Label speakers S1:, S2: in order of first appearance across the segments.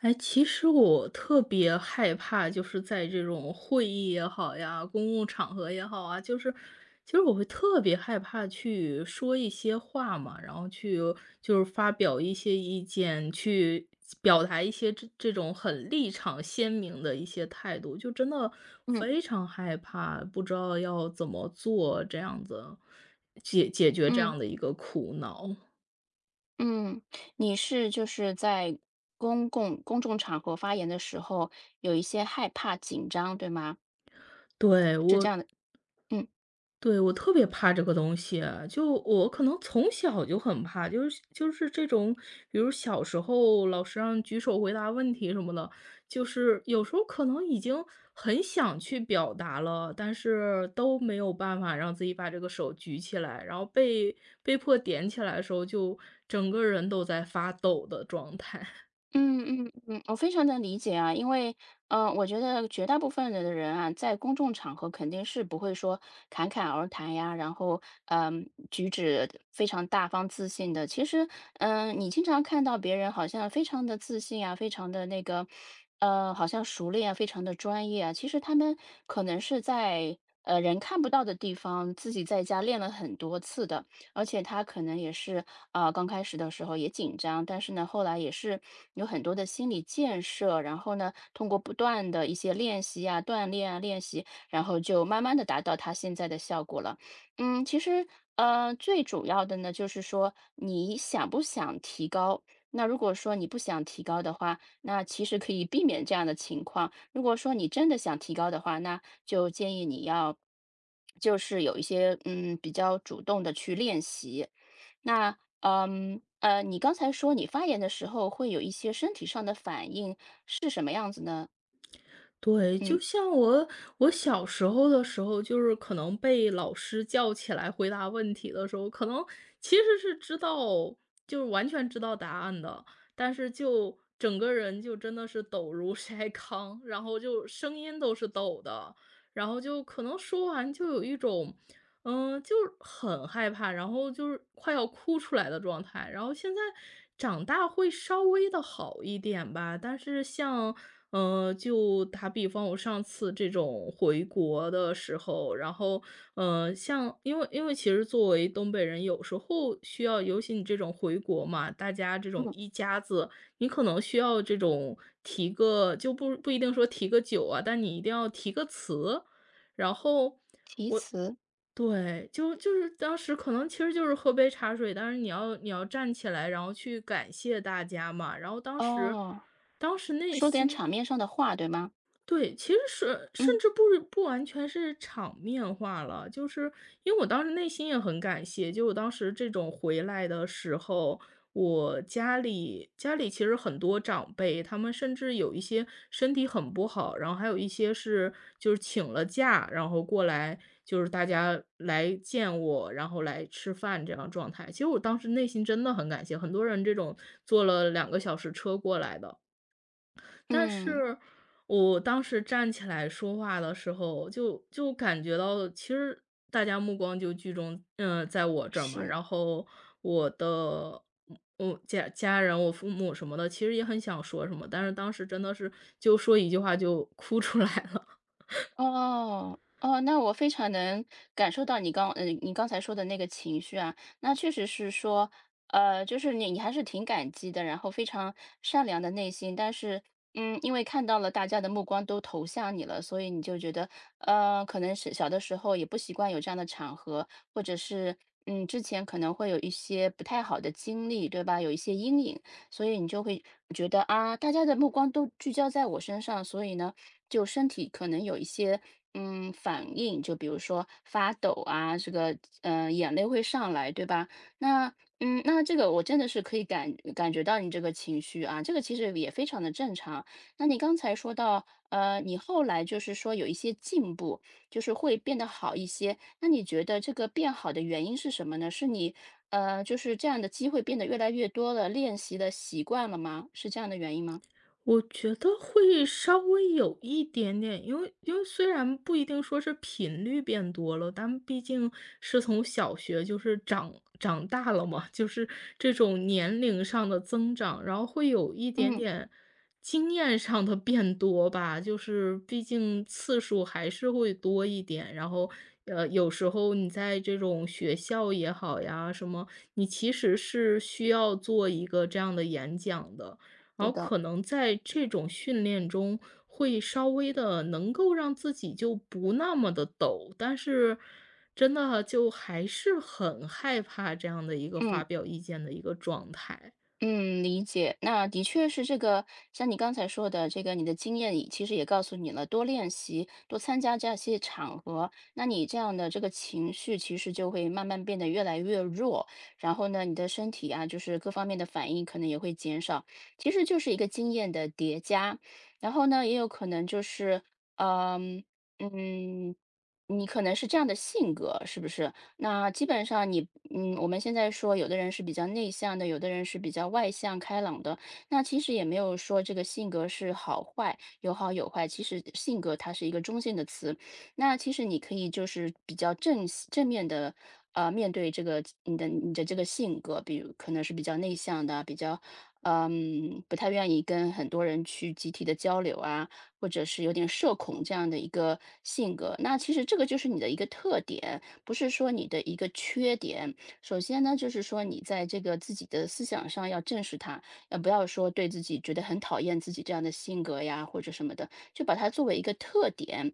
S1: 哎，其实我特别害怕，就是在这种会议也好呀，公共场合也好啊，就是其实我会特别害怕去说一些话嘛，然后去就是发表一些意见，去表达一些这种很立场鲜明的一些态度，就真的
S2: 嗯
S1: 非常害怕，不知道要怎么做，这样子解决这
S2: 嗯
S1: 样的一个苦恼。
S2: 嗯，你是在公众场合发言的时候有一些害怕、紧张，对吗？
S1: 对，
S2: 这
S1: 我
S2: 样的，嗯。
S1: 对，我特别怕这个东西，就我可能从小就很怕，就是这种，比如小时候老师让举手回答问题什么的，就是有时候可能已经很想去表达了，但是都没有办法让自己把这个手举起来，然后被迫点起来的时候，就整个人都在发抖的状态。
S2: 嗯嗯嗯，我非常的理解啊，因为，我觉得绝大部分的人啊，在公众场合肯定是不会说侃侃而谈呀，然后，举止非常大方自信的。其实，你经常看到别人好像非常的自信啊，非常的那个，好像熟练啊，非常的专业啊。其实他们可能是在人看不到的地方，自己在家练了很多次的。而且他可能也是，啊，刚开始的时候也紧张，但是呢，后来也是有很多的心理建设，然后呢，通过不断的一些练习啊、锻炼啊、练习，然后就慢慢的达到他现在的效果了。嗯，其实，最主要的呢，就是说你想不想提高？那如果说你不想提高的话，那其实可以避免这样的情况。如果说你真的想提高的话，那就建议你要，就是有一些比较主动的去练习。那你刚才说你发言的时候会有一些身体上的反应，是什么样子呢？
S1: 对，就
S2: 嗯
S1: 像我我小时候的时候，就是可能被老师叫起来回答问题的时候，可能其实是知道，就是完全知道答案的，但是就整个人就真的是抖如 筛糠，然后就声音都是抖的，然后就可能说完就有一种，就是很害怕，然后就是快要哭出来的状态。然后现在长大会稍微的好一点吧，但是像就打比方，我上次这种回国的时候，然后，像因为其实作为东北人，有时候需要，尤其你这种回国嘛，大家这种
S2: 嗯，
S1: 一家子，你可能需要这种提个，就不一定说提个酒啊，但你一定要提个词，然后。
S2: 提词
S1: 对，就是当时可能其实就是喝杯茶水，但是你要站起来，然后去感谢大家嘛。然后当时，
S2: 哦，
S1: 当时内
S2: 说点
S1: 心
S2: 场面上的话，对吗？
S1: 对，其实是甚
S2: 嗯
S1: 至不是不完全是场面化了，就是因为我当时内心也很感谢，就我当时这种回来的时候，我家里其实很多长辈，他们甚至有一些身体很不好，然后还有一些是就是请了假，然后过来就是大家来见我，然后来吃饭这样状态。其实我当时内心真的很感谢，很多人这种坐了2个小时车过来的。但
S2: 嗯，
S1: 是我当时站起来说话的时候，就感觉到其实大家目光就聚中，嗯，在我这儿嘛。
S2: 是。
S1: 然后我的我家人、我父母什么的，其实也很想说什么，但是当时真的是就说一句话就哭出来了。
S2: 哦，哦，那我非常能感受到你刚你刚才说的那个情绪啊。那确实是说，呃，就是你还是挺感激的，然后非常善良的内心，但是，嗯，因为看到了大家的目光都投向你了，所以你就觉得，呃，可能是小的时候也不习惯有这样的场合，或者是，嗯，之前可能会有一些不太好的经历，对吧？有一些阴影，所以你就会觉得啊，大家的目光都聚焦在我身上，所以呢。就身体可能有一些反应，就比如说发抖啊，这个眼泪会上来，对吧？那嗯，那这个我真的是可以感觉到你这个情绪啊，这个其实也非常的正常。那你刚才说到，呃，你后来就是说有一些进步，就是会变得好一些。那你觉得这个变好的原因是什么呢？是你就是这样的机会变得越来越多了，练习的习惯了吗？是这样的原因吗？
S1: 我觉得会稍微有一点点，因为虽然不一定说是频率变多了，但毕竟是从小学就是长大了嘛，就是这种年龄上的增长，然后会有一点
S2: 嗯，
S1: 点经验上的变多吧，就是毕竟次数还是会多一点，然后。有时候你在这种学校也好呀，什么，你其实是需要做一个这样的演讲的，
S2: 是
S1: 然后
S2: 的，
S1: 可能在这种训练中，会稍微的能够让自己就不那么的抖，但是真的就还是很害怕这样的一个发
S2: 嗯。
S1: 表意见的一个状态。
S2: 嗯，理解。那的确是这个，像你刚才说的，这个你的经验也其实也告诉你了，多练习，多参加这样些场合，那你这样的这个情绪其实就会慢慢变得越来越弱，然后呢，你的身体啊，就是各方面的反应可能也会减少，其实就是一个经验的叠加，然后呢，也有可能就是，呃嗯嗯，你可能是这样的性格，是不是？那基本上你我们现在说有的人是比较内向的，有的人是比较外向开朗的，那其实也没有说这个性格是好坏，有好有坏，其实性格它是一个中性的词。那其实你可以就是比较正面的，呃，面对这个你的这个性格，比如可能是比较内向的，比较不太愿意跟很多人去集体的交流啊，或者是有点社恐这样的一个性格。那其实这个就是你的一个特点。不是说你的一个缺点。首先呢，就是说你在这个自己的思想上要正视它，呃，不要说对自己觉得很讨厌自己这样的性格呀，或者什么的，就把它作为一个特点，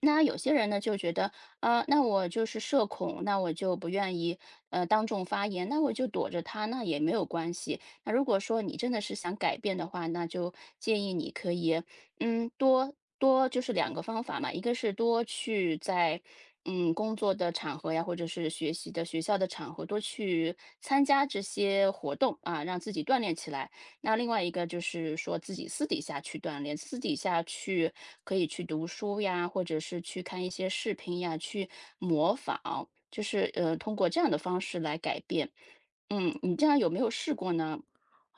S2: 那有些人呢就觉得，呃，那我就是社恐，那我就不愿意，呃，当众发言，那我就躲着他，那也没有关系。那如果说你真的是想改变的话，那就建议你可以，嗯，多多就是两个方法嘛，一个是多去在，嗯，工作的场合呀，或者是学习的学校的场合，多去参加这些活动啊，让自己锻炼起来。那另外一个就是说自己私底下去锻炼，私底下去可以去读书呀，或者是去看一些视频呀，去模仿，就是通过这样的方式来改变。嗯，你这样有没有试过呢？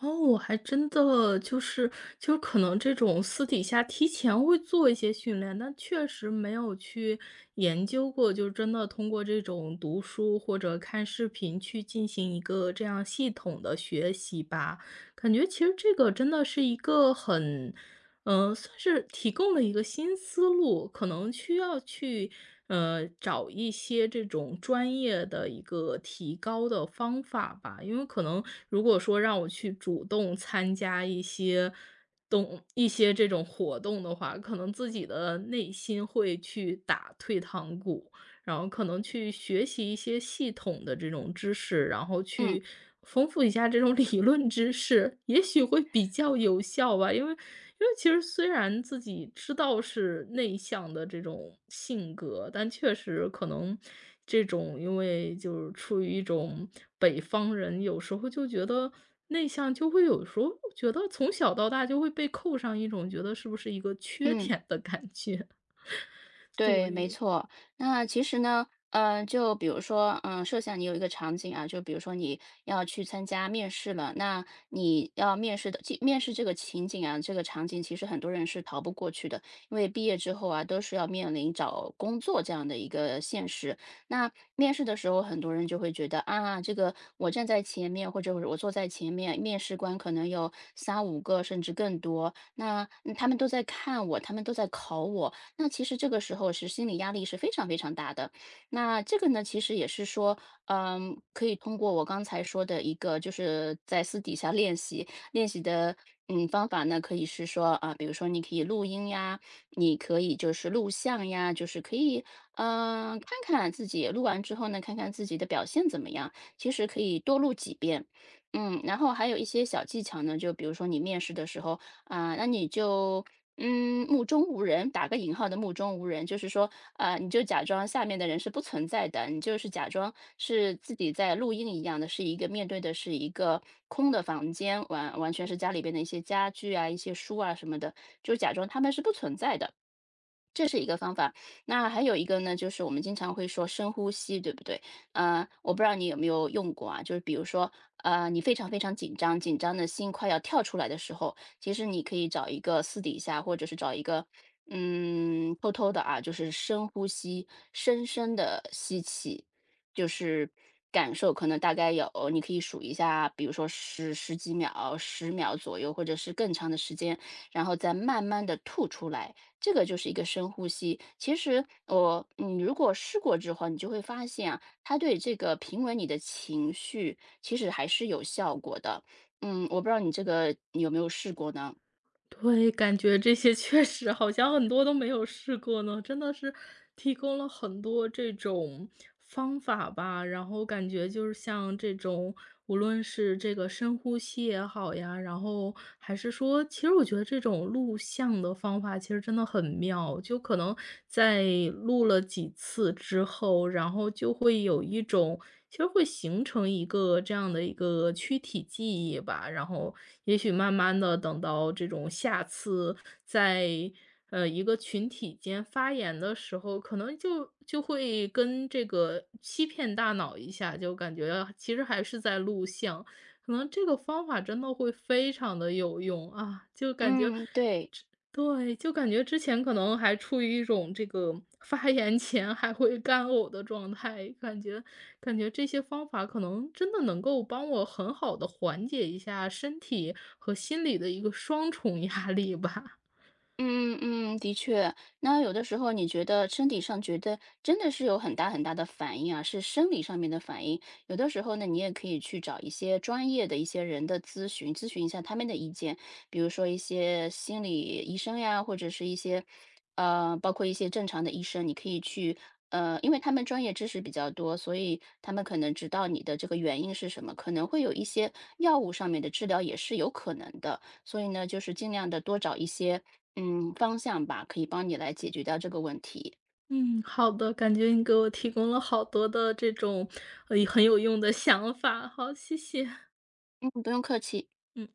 S1: 哦，我还真的就是就可能这种私底下提前会做一些训练，但确实没有去研究过，就真的通过这种读书或者看视频去进行一个这样系统的学习吧。感觉其实这个真的是一个很算是提供了一个新思路，可能需要去，找一些这种专业的一个提高的方法吧。因为可能如果说让我去主动参加一些动一些这种活动的话，可能自己的内心会去打退堂鼓，然后可能去学习一些系统的这种知识，然后
S2: 嗯
S1: 去丰富一下这种 理论知识，也许会比较有效吧。因为其实虽然自己知道是内向的这种性格，但确实可能这种因为就是处于一种北方人，有时候就觉得内向就会有时候觉得从小到大就会被扣上一种觉得是不是一个缺
S2: 嗯。
S1: 点的感觉，
S2: 对，没
S1: 对。
S2: 错。那其实呢，嗯，就比如说，嗯，设想你有一个场景啊，就比如说你要去参加面试了，那你要面试的，面试这个情景啊，这个场景，其实很多人是逃不过去的，因为毕业之后啊，都是要面临找工作这样的一个现实。那面试的时候，很多人就会觉得啊，这个我站在前面，或者我坐在前面，面试官可能有三五个甚至更多，那他们都在看我，他们都在考我。那其实这个时候是心理压力是非常非常大的。那这个呢，其实也是说，嗯，可以通过我刚才说的一个，就是在私底下练习练习的，嗯，方法呢，可以是说啊，比如说你可以录音呀，你可以就是录像呀，就是可以，嗯，看看自己录完之后呢，看看自己的表现怎么样。其实可以多录几遍，嗯，然后还有一些小技巧呢，就比如说你面试的时候啊，那你就目中无人，打个引号的目中无人，就是说，呃，你就假装下面的人是不存在的，你就是假装是自己在录音一样的，是一个面对的是一个空的房间，完完全是家里边的一些家具啊、一些书啊什么的，就假装他们是不存在的。这是一个方法。那还有一个呢，就是我们经常会说深呼吸，对不对？呃，我不知道你有没有用过啊，就是比如说，呃，你非常非常紧张，紧张的心快要跳出来的时候，其实你可以找一个私底下，或者是找一个，嗯，偷偷的啊，就是深呼吸，深深的吸气，就是感受可能大概有，你可以数一下，比如说十几秒、10秒左右，或者是更长的时间，然后再慢慢的吐出来。这个就是一个深呼吸。其实我，你如果试过之后，你就会发现啊，它对这个平稳你的情绪，其实还是有效果的。嗯，我不知道你这个有没有试过呢？
S1: 对，感觉这些确实好像很多都没有试过呢，真的是提供了很多这种方法吧。然后感觉就是像这种，无论是这个深呼吸也好呀，然后还是说，其实我觉得这种录像的方法其实真的很妙，就可能在录了几次之后，然后就会有一种其实会形成一个这样的一个躯体记忆吧，然后也许慢慢的，等到这种下次在，一个群体间发言的时候，可能就会跟这个欺骗大脑一下，就感觉啊其实还是在录像，可能这个方法真的会非常的有用，啊，就感觉
S2: 嗯，对。
S1: 对，就感觉之前可能还处于一种这个发言前还会干呕的状态，感觉这些方法可能真的能够帮我很好的缓解一下身体和心理的一个双重压力吧。
S2: 嗯嗯，的确。那有的时候你觉得身体上觉得真的是有很大很大的反应啊，是生理上面的反应。有的时候呢，你也可以去找一些专业的一些人的咨询，咨询一下他们的意见，比如说一些心理医生呀，或者是一些呃，包括一些正常的医生，你可以去因为他们专业知识比较多，所以他们可能知道你的这个原因是什么，可能会有一些药物上面的治疗也是有可能的。所以呢，就是尽量的多找一些嗯，方向吧，可以帮你来解决掉这个问题。
S1: 嗯，好的，感觉你给我提供了好多的这种，很有用的想法，好，谢谢，
S2: 嗯，不用客气。
S1: 嗯。